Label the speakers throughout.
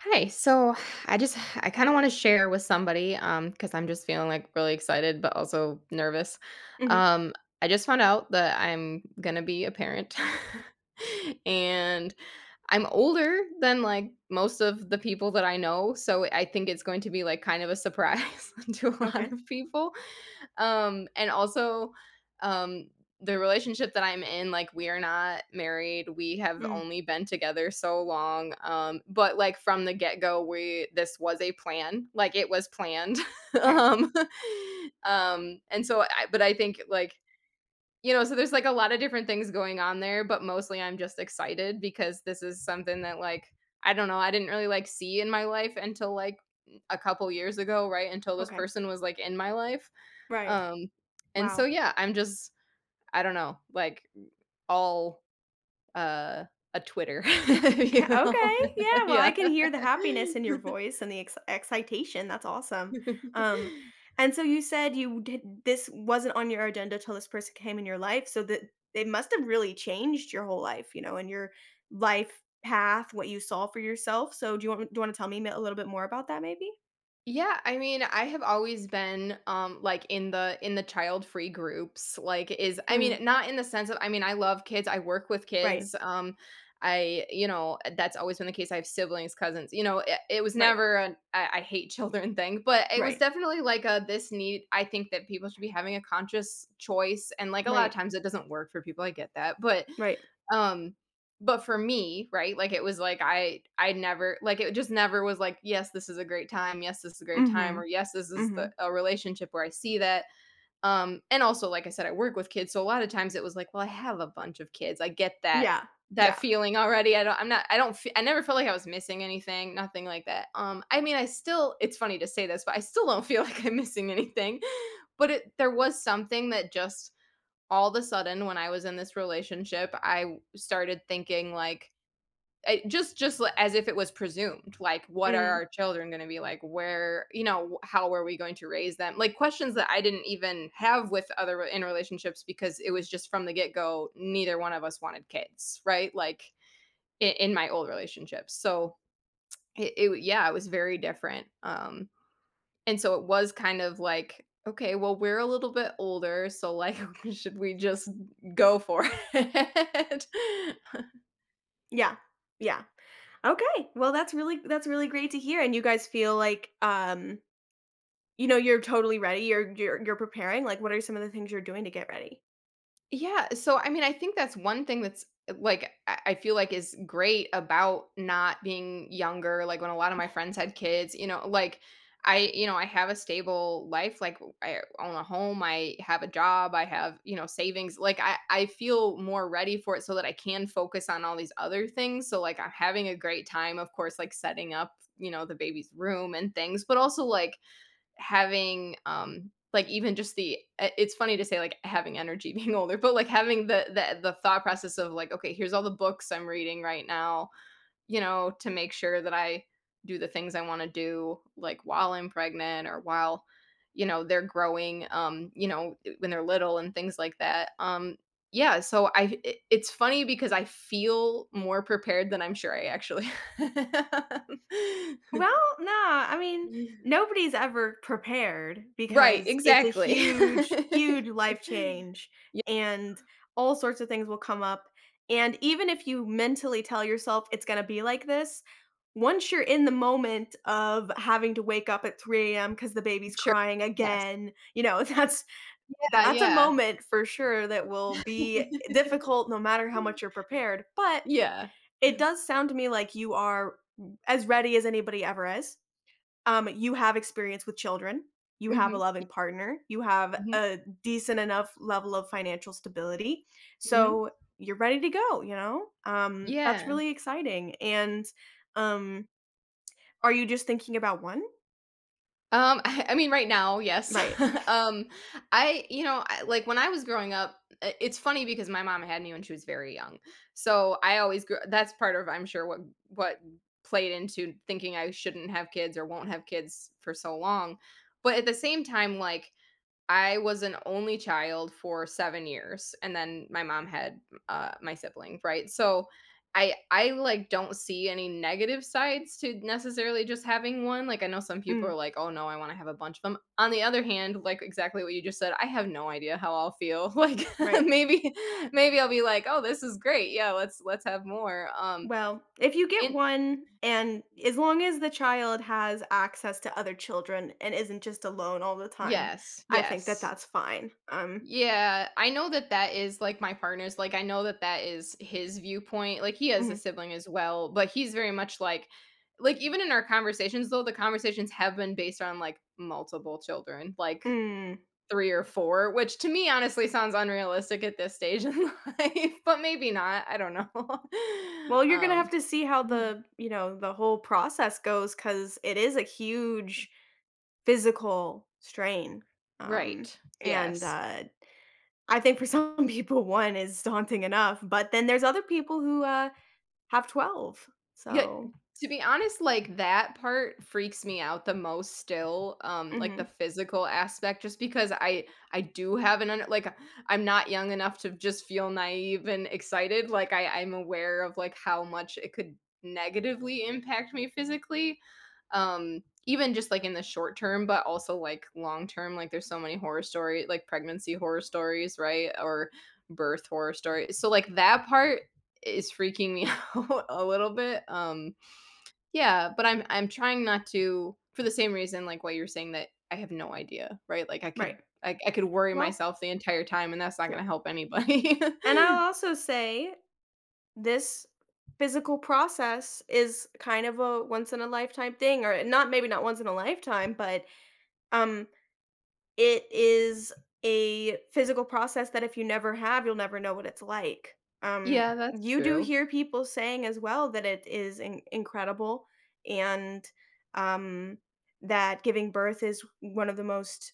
Speaker 1: Hi. So I kind of want to share with somebody because I'm just feeling like really excited but also nervous.
Speaker 2: Mhm.
Speaker 1: Um I just found out that I'm going to be a parent. And I'm older than like most of the people that I know, so I think it's going to be like kind of a surprise to a lot
Speaker 2: Okay.
Speaker 1: of people. Um, and also, um, the relationship that I'm in, like, we are not married. We have
Speaker 2: Mm.
Speaker 1: only been together so long. But like from the get-go, we this was a plan. Like it was planned.
Speaker 2: 'Kay.
Speaker 1: um, and so I but I think like, so there's like a lot of different things going on there, but mostly I'm just excited because this is something that like I don't know, I didn't really like see in my life until like a couple years ago, right? Until this
Speaker 2: Okay.
Speaker 1: person was like in my life.
Speaker 2: Right.
Speaker 1: Um,
Speaker 2: Wow.
Speaker 1: yeah, I'm just I don't know, like, all, uh, a Twitter, if you
Speaker 2: M'kay,
Speaker 1: will.
Speaker 2: okay, yeah, well,
Speaker 1: Yeah.
Speaker 2: I can hear the happiness in your voice and the ex excitation. That's awesome. Um, and so you said you did this wasn't on your agenda till this person came in your life, so that it must have really changed your whole life, you know, and your life path, what you saw for yourself. So do you wanna tell me a little bit more about that maybe?
Speaker 1: Yeah, I mean, I have always been like in the child-free groups. Like is I
Speaker 2: Mm.
Speaker 1: mean, not in the sense of I mean, I love kids. I work with
Speaker 2: Right.
Speaker 1: kids. I, you know, that's always been the case. I have siblings, cousins. You know, it was
Speaker 2: Right.
Speaker 1: never an I hate children thing, but it was
Speaker 2: Right.
Speaker 1: definitely like a this need. I think that people should be having a conscious choice, and like a lot of
Speaker 2: Right.
Speaker 1: times it doesn't work for people. I get that,
Speaker 2: Right.
Speaker 1: um, but for me, right, like, it was like I never like, it just never was like, "Yes, this is a great time. Yes, this is a great time," or,
Speaker 2: Mhm.
Speaker 1: "Yes, this is the
Speaker 2: Mhm.
Speaker 1: a relationship where I see that." And also, like I said, I work with kids, so a lot of times it was like, "Well, I have a bunch of kids. I get that
Speaker 2: Yeah.
Speaker 1: that
Speaker 2: Yeah.
Speaker 1: feeling already. I don't I'm not I don't f I do not I never felt like I was missing anything, nothing like that." I mean, I still it's funny to say this, but I still don't feel like I'm missing anything, but it there was something that just all of a sudden when I was in this relationship, I started thinking like I, as if it was presumed like what are
Speaker 2: Mm.
Speaker 1: our children going to be like where you know how are we going to raise them like questions that I didn't even have with other in relationships because it was just from the get-go neither one of us wanted kids right like in my old relationships so it yeah it was very different and so it was kind of like, okay, well, we're a little bit older, so, like, should we just go for it?
Speaker 2: Yeah. Yeah. Okay. Well, that's really great to hear, and you guys feel like, you know, you're totally ready, you're preparing. Like, what are some of the things you're doing to get ready?
Speaker 1: Yeah, so I mean, I think that's one thing that's like I feel like is great about not being younger. Like when a lot of my friends had kids, you know, like I, you know, I have a stable life. Like I own a home, I have a job, I have, you know, savings. Like I feel more ready for it so that I can focus on all these other things. So like I'm having a great time, of course, like setting up, you know, the baby's room and things, but also like having like even just it's funny to say like having energy being older but like having the thought process of like okay here's all the books I'm reading right now you know to make sure that I do the things I want to do like while I'm pregnant or while you know they're growing you know when they're little and things like that yeah so I it's funny because I feel more prepared than I'm sure I actually
Speaker 2: Well, no, I mean,
Speaker 1: am.
Speaker 2: nobody's ever prepared
Speaker 1: Right,
Speaker 2: because it's a
Speaker 1: exactly.
Speaker 2: huge, huge life change,
Speaker 1: Yeah,
Speaker 2: and all sorts of things will come up. And even if you mentally tell yourself it's going to be like this, once you're in the moment of having to wake up at 3 a.m. because the baby's
Speaker 1: sure.
Speaker 2: crying
Speaker 1: Yes.
Speaker 2: again, you know, that's
Speaker 1: Yeah,
Speaker 2: that's a
Speaker 1: yeah.
Speaker 2: moment for sure that will be difficult no matter how much you're prepared. But
Speaker 1: Yeah.
Speaker 2: it does sound to me like you are as ready as anybody ever is. You have experience with children, you have a
Speaker 1: Mhm,
Speaker 2: loving partner, you have
Speaker 1: mhm,
Speaker 2: a decent enough level of financial stability.
Speaker 1: mhm.
Speaker 2: So you're ready to go, you know? That's
Speaker 1: Yeah.
Speaker 2: really exciting. And um, are you just thinking about one?
Speaker 1: I mean, right now, yes.
Speaker 2: Right.
Speaker 1: Um, I you know, I like, when I was growing up, I it's funny because my mom had me when she was very young. So, I always grew that's part of, I'm sure, what played into thinking I shouldn't have kids or won't have kids for so long. But at the same time, like I was an only child for 7 years, and then my mom had, my sibling, right? So, like, don't see any negative sides to necessarily just having one, like, I know some people are
Speaker 2: Mm,
Speaker 1: like, "Oh, no, I wanna have a bunch of them." On the other hand, like, exactly what you just said, I have no idea how I'll feel, like,
Speaker 2: right.
Speaker 1: maybe maybe I'll be like, "Oh, this is great. Yeah, let's have more."
Speaker 2: Well, if you get
Speaker 1: In
Speaker 2: one, and as long as the child has access to other children and isn't just alone all the time,
Speaker 1: Yes,
Speaker 2: I think that
Speaker 1: yes.
Speaker 2: that's fine.
Speaker 1: Yeah, I know that that is, like, my partner's like, I know that that is his viewpoint, like, he has a
Speaker 2: Mhm,
Speaker 1: sibling as well, but he's very much like, even in our conversations, though, the conversations have been based on, like, multiple children, like,
Speaker 2: mm.
Speaker 1: 3 or 4, which to me, honestly, sounds unrealistic at this stage in life, but maybe not, I don't know.
Speaker 2: Well, you're gonna have
Speaker 1: Um
Speaker 2: to see how the you know the whole process goes, because it is a huge physical strain, um,
Speaker 1: Right,
Speaker 2: and
Speaker 1: yes.
Speaker 2: uh, I think for some people one is daunting enough, but then there's other people who have 12.
Speaker 1: Yeah,
Speaker 2: So,
Speaker 1: to be honest, like, that part freaks me out the most still, like, the
Speaker 2: mhm,
Speaker 1: physical aspect just because I do have an under like, I'm not young enough to just feel naive and excited, like, I'm aware of, like, how much it could negatively impact me physically, even just, like, in the short term, but also, like, long term, like, there's so many horror story like, pregnancy horror stories, right, or birth horror stories, so, like, that part is freaking me a little bit. Yeah, but I'm trying not to for the same reason like what you're saying that I have no idea, right? Like I
Speaker 2: right.
Speaker 1: could I could worry
Speaker 2: Well,
Speaker 1: myself the entire time and that's not going to
Speaker 2: true.
Speaker 1: help anybody.
Speaker 2: And I'll also say this physical process is kind of a once in a lifetime thing, or not maybe not once in a lifetime, but um it is a physical process that if you never have, you'll never know what it's like. Um
Speaker 1: Yeah, that's
Speaker 2: you do
Speaker 1: true.
Speaker 2: hear people saying as well that it is incredible, and um that giving birth is one of the most,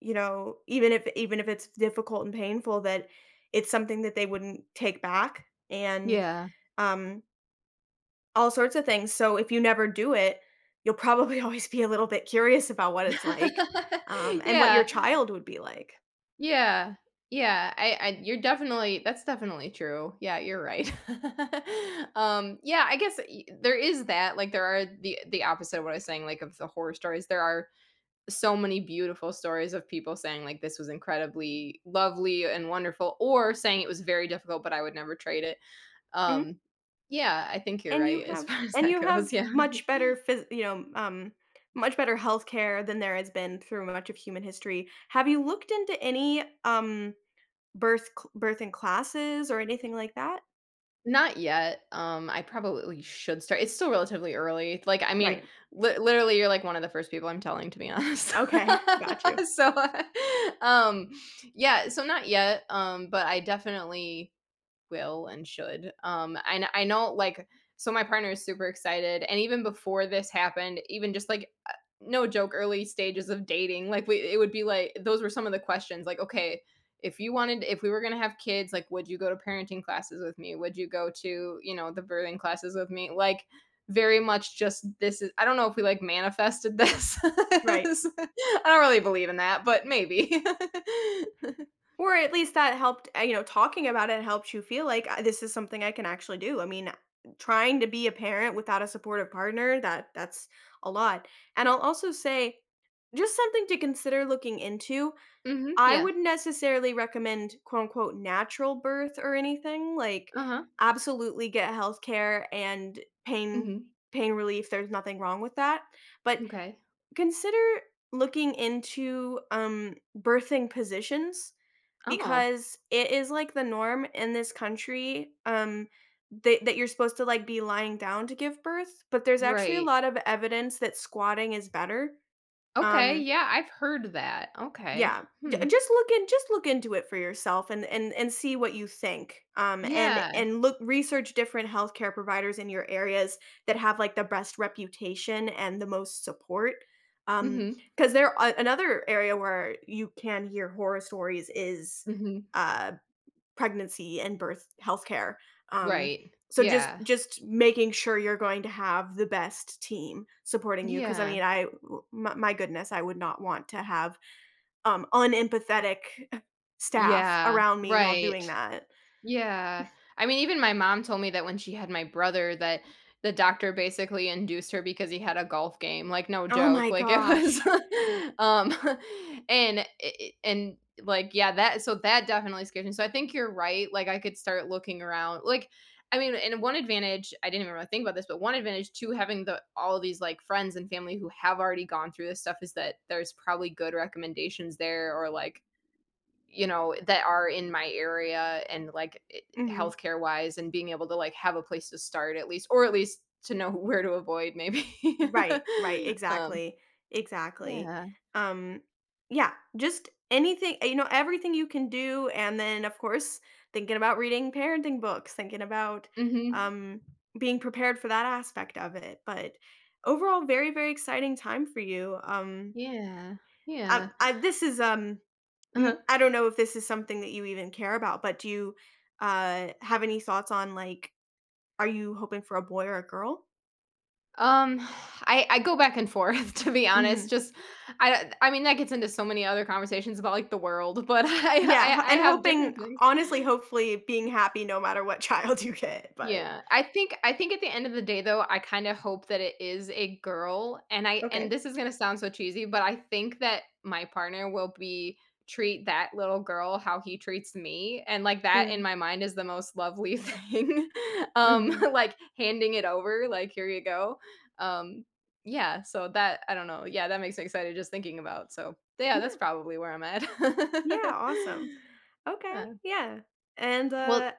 Speaker 2: you know, even if it's difficult and painful, that it's something that they wouldn't take back, and,
Speaker 1: Yeah.
Speaker 2: um, all sorts of things. So if you never do it, you'll probably always be a little bit curious about what it's like, and what
Speaker 1: Yeah.
Speaker 2: your child would be like.
Speaker 1: Yeah. Yeah. I you're definitely that's definitely true. Yeah, you're right. Yeah, I guess there is that like there are the opposite of what I was saying like of the horror stories. There are so many beautiful stories of people saying like this was incredibly lovely and wonderful or saying it was very difficult but I would never trade it.
Speaker 2: Mhm.
Speaker 1: Um, yeah, I think you're
Speaker 2: And
Speaker 1: right as far as that
Speaker 2: you have
Speaker 1: goes, yeah.
Speaker 2: much better phys you know, much better healthcare than there has been through much of human history. Have you looked into any, birthing classes or anything like that?
Speaker 1: Not yet. I probably should start. It's still relatively early. Like, I mean,
Speaker 2: Right.
Speaker 1: li literally you're like one of the first people I'm telling, to be honest.
Speaker 2: Okay, got you.
Speaker 1: So, uh, um, yeah, so not yet, but I definitely will and should. And I know like so my partner is super excited, and even before this happened, even just like no joke, early stages of dating, like we it would be like those were some of the questions, like okay. If you wanted, if we were going to have kids, like, would you go to parenting classes with me? Would you go to, you know, the birthing classes with me? Like, very much just this is, I don't know if we like manifested this.
Speaker 2: Right.
Speaker 1: I don't really believe in that, but maybe.
Speaker 2: Or at least that helped, you know, talking about it helped you feel like, "I this is something I can actually do." I mean, trying to be a parent without a supportive partner, that's a lot. And I'll also say, just something to consider looking into,
Speaker 1: Hmm,
Speaker 2: I
Speaker 1: yeah.
Speaker 2: wouldn't necessarily recommend quote unquote "natural birth" or anything. Like,
Speaker 1: Uh huh.
Speaker 2: absolutely get healthcare and pain
Speaker 1: Hmm.
Speaker 2: pain relief, there's nothing wrong with that. But
Speaker 1: Okay.
Speaker 2: consider looking into, birthing positions,
Speaker 1: Oh,
Speaker 2: because it is, like, the norm in this country, that you're supposed to, like, be lying down to give birth, but there's actually a
Speaker 1: right.
Speaker 2: lot of evidence that squatting is better.
Speaker 1: Okay,
Speaker 2: um
Speaker 1: yeah, I've heard that. Okay.
Speaker 2: yeah, j
Speaker 1: Hmm.
Speaker 2: just look in just look into it for yourself and and see what you think. Um, and
Speaker 1: Yeah.
Speaker 2: look, research different healthcare providers in your areas that have, like, the best reputation and the most support. Um,
Speaker 1: Mhm.
Speaker 2: because there a another area where you can hear horror stories is,
Speaker 1: Mhm.
Speaker 2: uh, pregnancy and birth healthcare, um,
Speaker 1: Right.
Speaker 2: so just
Speaker 1: Yeah.
Speaker 2: just making sure you're going to have the best team supporting you. Because I
Speaker 1: Yeah.
Speaker 2: mean, I w my my goodness, I would not want to have, unempathetic staff
Speaker 1: Yeah.
Speaker 2: around me while
Speaker 1: Right.
Speaker 2: doing that.
Speaker 1: Yeah. I mean, even my mom told me that when she had my brother that the doctor basically induced her because he had a golf game, like, no
Speaker 2: Oh
Speaker 1: joke,
Speaker 2: my
Speaker 1: like, it was
Speaker 2: gosh.
Speaker 1: um, and I and, like, yeah, that so that definitely scares me, so I think you're right, like, I could start looking around, like I mean, and one advantage I didn't even really think about this, but one advantage to having the all these, like, friends and family who have already gone through this stuff is that there's probably good recommendations there or, like, you know, that are in my area and like
Speaker 2: Mhm.
Speaker 1: healthcare wise and being able to like have a place to start at least or at least to know where to avoid maybe.
Speaker 2: Right, right,
Speaker 1: Um,
Speaker 2: exactly. Exactly.
Speaker 1: yeah.
Speaker 2: Um, yeah, just anything, you know, everything you can do. And then, of course, thinking about reading parenting books, thinking about,
Speaker 1: Mhm.
Speaker 2: um, being prepared for that aspect of it. But overall, very, very exciting time for you.
Speaker 1: Yeah. Yeah.
Speaker 2: This is mm,
Speaker 1: Uh-huh.
Speaker 2: I don't know if this is something that you even care about, but do you, have any thoughts on, like, are you hoping for a boy or a girl?
Speaker 1: Um, I go back and forth to be honest.
Speaker 2: Mhm.
Speaker 1: Just I mean that gets into so many other conversations about like the world, but
Speaker 2: Yeah, ho
Speaker 1: I
Speaker 2: and
Speaker 1: have different
Speaker 2: hoping
Speaker 1: feelings.
Speaker 2: honestly, hopefully being happy no matter what child you get, but
Speaker 1: Yeah. I think at the end of the day though, I kinda hope that it is a girl, and I and
Speaker 2: okay.
Speaker 1: this is gonna sound so cheesy, but I think that my partner will be treat that little girl how he treats me, and, like, that in
Speaker 2: Mm,
Speaker 1: my mind is the most lovely thing.
Speaker 2: mhm.
Speaker 1: Like, handing it over, like, "Here you go." Um, yeah, so that I don't know. Yeah, that makes me excited just thinking about, so yeah, that's
Speaker 2: Yeah,
Speaker 1: probably where I'm at.
Speaker 2: yeah, awesome. Okay,
Speaker 1: Yeah.
Speaker 2: yeah, and,
Speaker 1: Well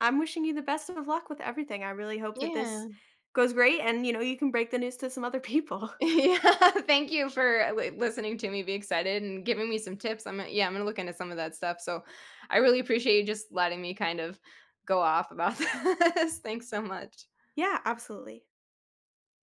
Speaker 2: I'm wishing you the best of luck with everything. I really hope that this
Speaker 1: yeah.
Speaker 2: goes great, and, you know, you can break the news to some other people.
Speaker 1: Yeah, thank you for li listening to me be excited and giving me some tips. I'm gonna yeah, I'm gonna look into some of that stuff, so I really appreciate you just letting me kind of go off about this. Thanks so much.
Speaker 2: Yeah, absolutely.